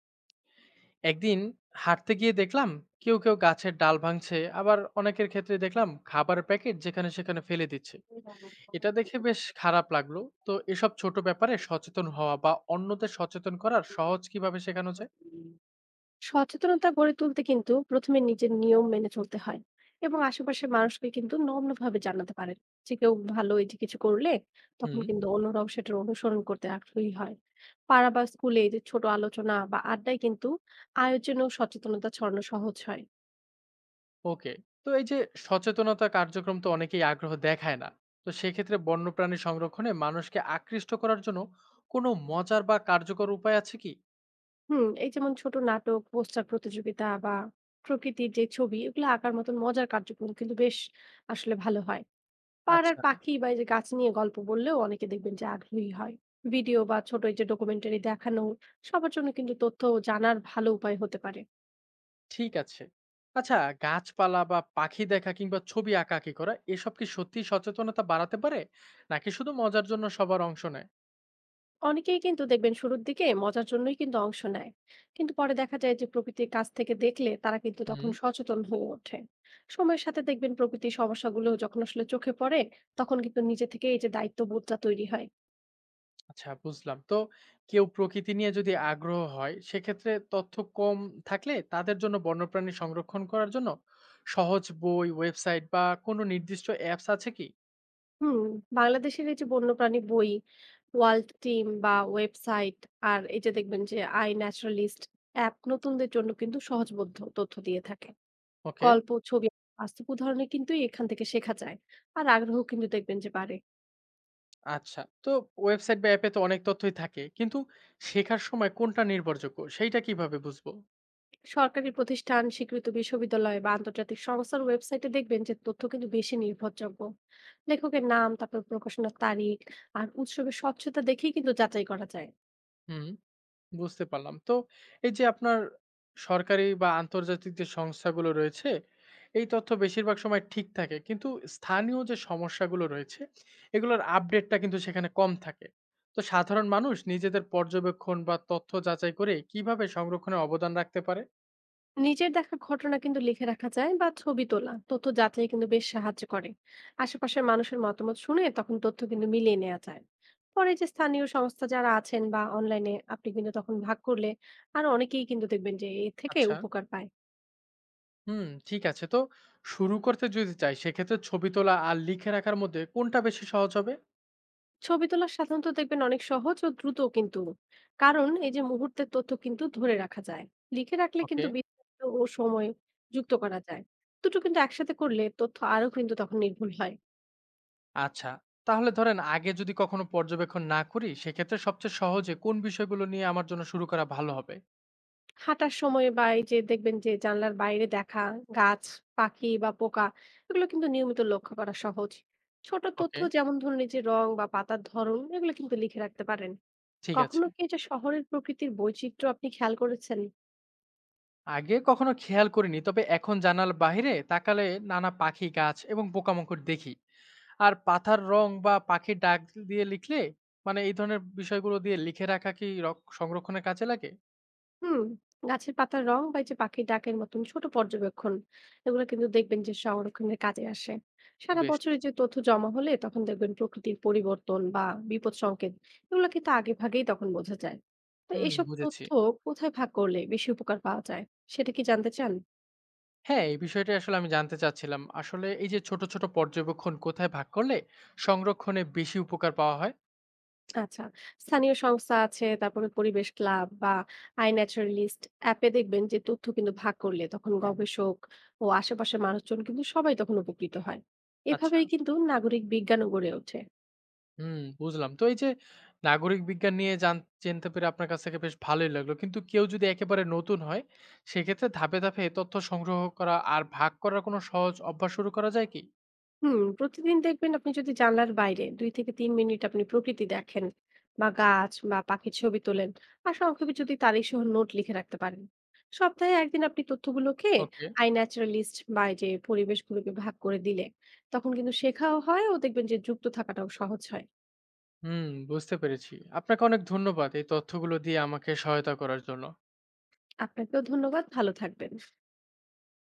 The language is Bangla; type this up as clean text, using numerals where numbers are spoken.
একদিন হাঁটতে গিয়ে দেখলাম কেউ কেউ গাছের ডাল ভাঙছে, আবার অনেকের ক্ষেত্রে দেখলাম খাবারের প্যাকেট যেখানে সেখানে ফেলে দিচ্ছে। এটা দেখে বেশ খারাপ লাগলো। তো এসব ছোট ব্যাপারে সচেতন হওয়া বা অন্যদের সচেতন করার সহজ কিভাবে শেখানো যায়? সচেতনতা গড়ে তুলতে কিন্তু প্রথমে নিজের নিয়ম মেনে চলতে হয়, এবং আশেপাশের মানুষকে কিন্তু নগ্নভাবে জানাতে পারেন যে কেউ ভালো এই যে কিছু করলে তখন হুম। কিন্তু অন্যরাও সেটার অনুসরণ করতে আগ্রহী হয়। পাড়া বা স্কুলে এই যে ছোট আলোচনা বা আড্ডায় কিন্তু আয়োজনেও সচেতনতা ছড়ানো সহজ হয়। ওকে। তো এই যে সচেতনতা কার্যক্রম তো অনেকেই আগ্রহ দেখায় না। তো সেক্ষেত্রে বন্যপ্রাণী সংরক্ষণে মানুষকে আকৃষ্ট করার জন্য কোনো মজার বা কার্যকর উপায় আছে কি? হুম, এই যেমন ছোট নাটক, পোস্টার প্রতিযোগিতা বা প্রকৃতির যে ছবি এগুলো আঁকার মতন মজার কার্যক্রম কিন্তু বেশ আসলে ভালো হয়। পাড়ার আচ্ছা। পাখি বা এই যে গাছ নিয়ে গল্প বললেও অনেকে দেখবেন যে আগ্রহী হয়। ভিডিও বা ছোট এই যে ডকুমেন্টারি দেখানো সবার জন্য কিন্তু তথ্য জানার ভালো উপায় হতে পারে। ঠিক আছে। আচ্ছা, গাছপালা বা পাখি দেখা কিংবা ছবি আঁকাআঁকি করা এসব কি সত্যিই সচেতনতা বাড়াতে পারে? নাকি শুধু মজার জন্য সবার অংশ নেয়? অনেকেই কিন্তু দেখবেন শুরুর দিকে মজার জন্যই কিন্তু অংশ নেয়, কিন্তু পরে দেখা যায় যে প্রকৃতির কাছ থেকে দেখলে তারা কিন্তু তখন হুম। সচেতন হয়ে ওঠে। সময়ের সাথে দেখবেন প্রকৃতির সমস্যাগুলো যখন আসলে চোখে পড়ে, তখন কিন্তু নিজে থেকে এই যে দায়িত্ববোধটা তৈরি হয়। আচ্ছা, বুঝলাম। তো কেউ প্রকৃতি নিয়ে যদি আগ্রহ হয় সেক্ষেত্রে তথ্য কম থাকলে তাদের জন্য বন্যপ্রাণী সংরক্ষণ করার জন্য সহজ বই, ওয়েবসাইট বা কোনো নির্দিষ্ট অ্যাপস আছে কি? হুম, বাংলাদেশের এই যে বন্যপ্রাণী বই, ওয়ার্ল্ড টিম বা ওয়েবসাইট, আর এই যে দেখবেন যে iNaturalist অ্যাপ নতুনদের জন্য কিন্তু সহজবোধ্য তথ্য দিয়ে থাকে। ওকে। গল্প, ছবি, বাস্তব উদাহরণে কিন্তু এখান থেকে শেখা যায়। আর আগ্রহ কিন্তু দেখবেন যে বাড়ে। আচ্ছা। তো ওয়েবসাইট বা অ্যাপে তো অনেক তথ্যই থাকে, কিন্তু শেখার সময় কোনটা নির্ভরযোগ্য সেইটা কিভাবে বুঝবো? সরকারি প্রতিষ্ঠান, স্বীকৃত বিশ্ববিদ্যালয় বা আন্তর্জাতিক সংস্থার ওয়েবসাইটে দেখবেন যে তথ্য কিন্তু বেশি নির্ভরযোগ্য। লেখকের নাম, তারপর প্রকাশনার তারিখ আর উৎসবের স্বচ্ছতা দেখেই কিন্তু যাচাই করা যায়। হুম। বুঝতে পারলাম। তো এই যে আপনার সরকারি বা আন্তর্জাতিক যে সংস্থাগুলো রয়েছে, এই তথ্য বেশিরভাগ সময় ঠিক থাকে। কিন্তু স্থানীয় যে সমস্যাগুলো রয়েছে, এগুলোর আপডেটটা কিন্তু সেখানে কম থাকে। তো সাধারণ মানুষ নিজেদের পর্যবেক্ষণ বা তথ্য যাচাই করে কিভাবে সংরক্ষণে অবদান রাখতে পারে? নিজের দেখা ঘটনা কিন্তু লিখে রাখা যায় বা ছবি তোলা তথ্য যাচাই কিন্তু বেশ সাহায্য করে। আশেপাশের মানুষের মতামত শুনে তখন তথ্য কিন্তু মিলিয়ে নেওয়া যায়। পরে যে স্থানীয় সংস্থা যারা আছেন বা অনলাইনে আপনি কিন্তু তখন ভাগ করলে আর অনেকেই কিন্তু দেখবেন যে এর থেকে আচ্ছা। উপকার পায়। হুম, ঠিক আছে। তো শুরু করতে যদি চাই, সেক্ষেত্রে ছবি তোলা আর লিখে রাখার মধ্যে কোনটা বেশি সহজ হবে? ছবি তোলা সাধারণত দেখবেন অনেক সহজ ও দ্রুত কিন্তু, কারণ এই যে মুহূর্তের তথ্য কিন্তু ধরে রাখা যায়। লিখে রাখলে ওকে। কিন্তু বিস্তারিত ও সময় যুক্ত করা যায়। দুটো কিন্তু একসাথে করলে তথ্য আরো কিন্তু তখন নির্ভুল হয়। আচ্ছা, তাহলে ধরেন আগে যদি কখনো পর্যবেক্ষণ না করি, সেক্ষেত্রে সবচেয়ে সহজে কোন বিষয়গুলো নিয়ে আমার জন্য শুরু করা ভালো হবে? হাঁটার সময় বা এই যে দেখবেন যে জানলার বাইরে দেখা গাছ, পাখি বা পোকা, এগুলো কিন্তু নিয়মিত লক্ষ্য করা সহজ। ছোট তথ্য ওকে। যেমন ধরুন এই যে রং বা পাতার ধরন, এগুলো কিন্তু লিখে রাখতে পারেন। ঠিক আছে। কখনো কি এই যে শহরের প্রকৃতির বৈচিত্র্য আপনি খেয়াল করেছেন? আগে কখনো খেয়াল করিনি, তবে এখন জানালার বাইরে তাকালে নানা পাখি, গাছ এবং পোকামাকড় দেখি। আর পাতার রং বা পাখির ডাক দিয়ে লিখলে, মানে এই ধরনের বিষয়গুলো দিয়ে লিখে রাখা কি সংরক্ষণের কাজে লাগে? হুম, গাছের পাতার রং বা এই যে পাখির ডাকের মতন ছোট পর্যবেক্ষণ, এগুলো কিন্তু দেখবেন যে সংরক্ষণের কাজে আসে। সারা বেশ। বছরের যে তথ্য জমা হলে তখন দেখবেন প্রকৃতির পরিবর্তন বা বিপদ সংকেত, এগুলো কিন্তু আগে ভাগেই তখন বোঝা যায়। তো হুম, এসব বুঝেছি। তথ্য কোথায় ভাগ করলে বেশি উপকার পাওয়া যায় সেটা কি জানতে চান? হ্যাঁ, এই বিষয়টা আসলে আমি জানতে চাচ্ছিলাম। আসলে এই যে ছোট ছোট পর্যবেক্ষণ কোথায় ভাগ করলে সংরক্ষণে বেশি উপকার পাওয়া হয়? আচ্ছা। স্থানীয় সংস্থা আছে, তারপরে পরিবেশ ক্লাব বা iNaturalist অ্যাপে দেখবেন যে তথ্য কিন্তু ভাগ করলে তখন গবেষক ও আশেপাশের মানুষজন কিন্তু সবাই তখন উপকৃত হয়। আচ্ছা। এভাবেই কিন্তু নাগরিক বিজ্ঞানও গড়ে ওঠে। হুম, বুঝলাম। তো এই যে নাগরিক বিজ্ঞান নিয়ে জানতে পেরে আপনার কাছ থেকে বেশ ভালোই লাগলো। কিন্তু কেউ যদি একেবারে নতুন হয়, সেক্ষেত্রে ধাপে ধাপে তথ্য সংগ্রহ করা আর ভাগ করার কোনো সহজ অভ্যাস শুরু করা যায় কি? হুম, প্রতিদিন দেখবেন আপনি যদি জানলার বাইরে 2 থেকে 3 মিনিট আপনি প্রকৃতি দেখেন বা গাছ বা পাখির ছবি তোলেন, আর সংক্ষেপে যদি তারিখ সহ নোট লিখে রাখতে পারেন, সপ্তাহে একদিন আপনি তথ্যগুলোকে ওকে। আই ন্যাচারালিস্ট বা এই যে পরিবেশগুলোকে ভাগ করে দিলে তখন কিন্তু শেখাও হয় ও দেখবেন যে যুক্ত থাকাটাও সহজ হয়। হুম, বুঝতে পেরেছি। আপনাকে অনেক ধন্যবাদ এই তথ্যগুলো দিয়ে আমাকে সহায়তা করার জন্য। আপনাকেও ধন্যবাদ, ভালো থাকবেন।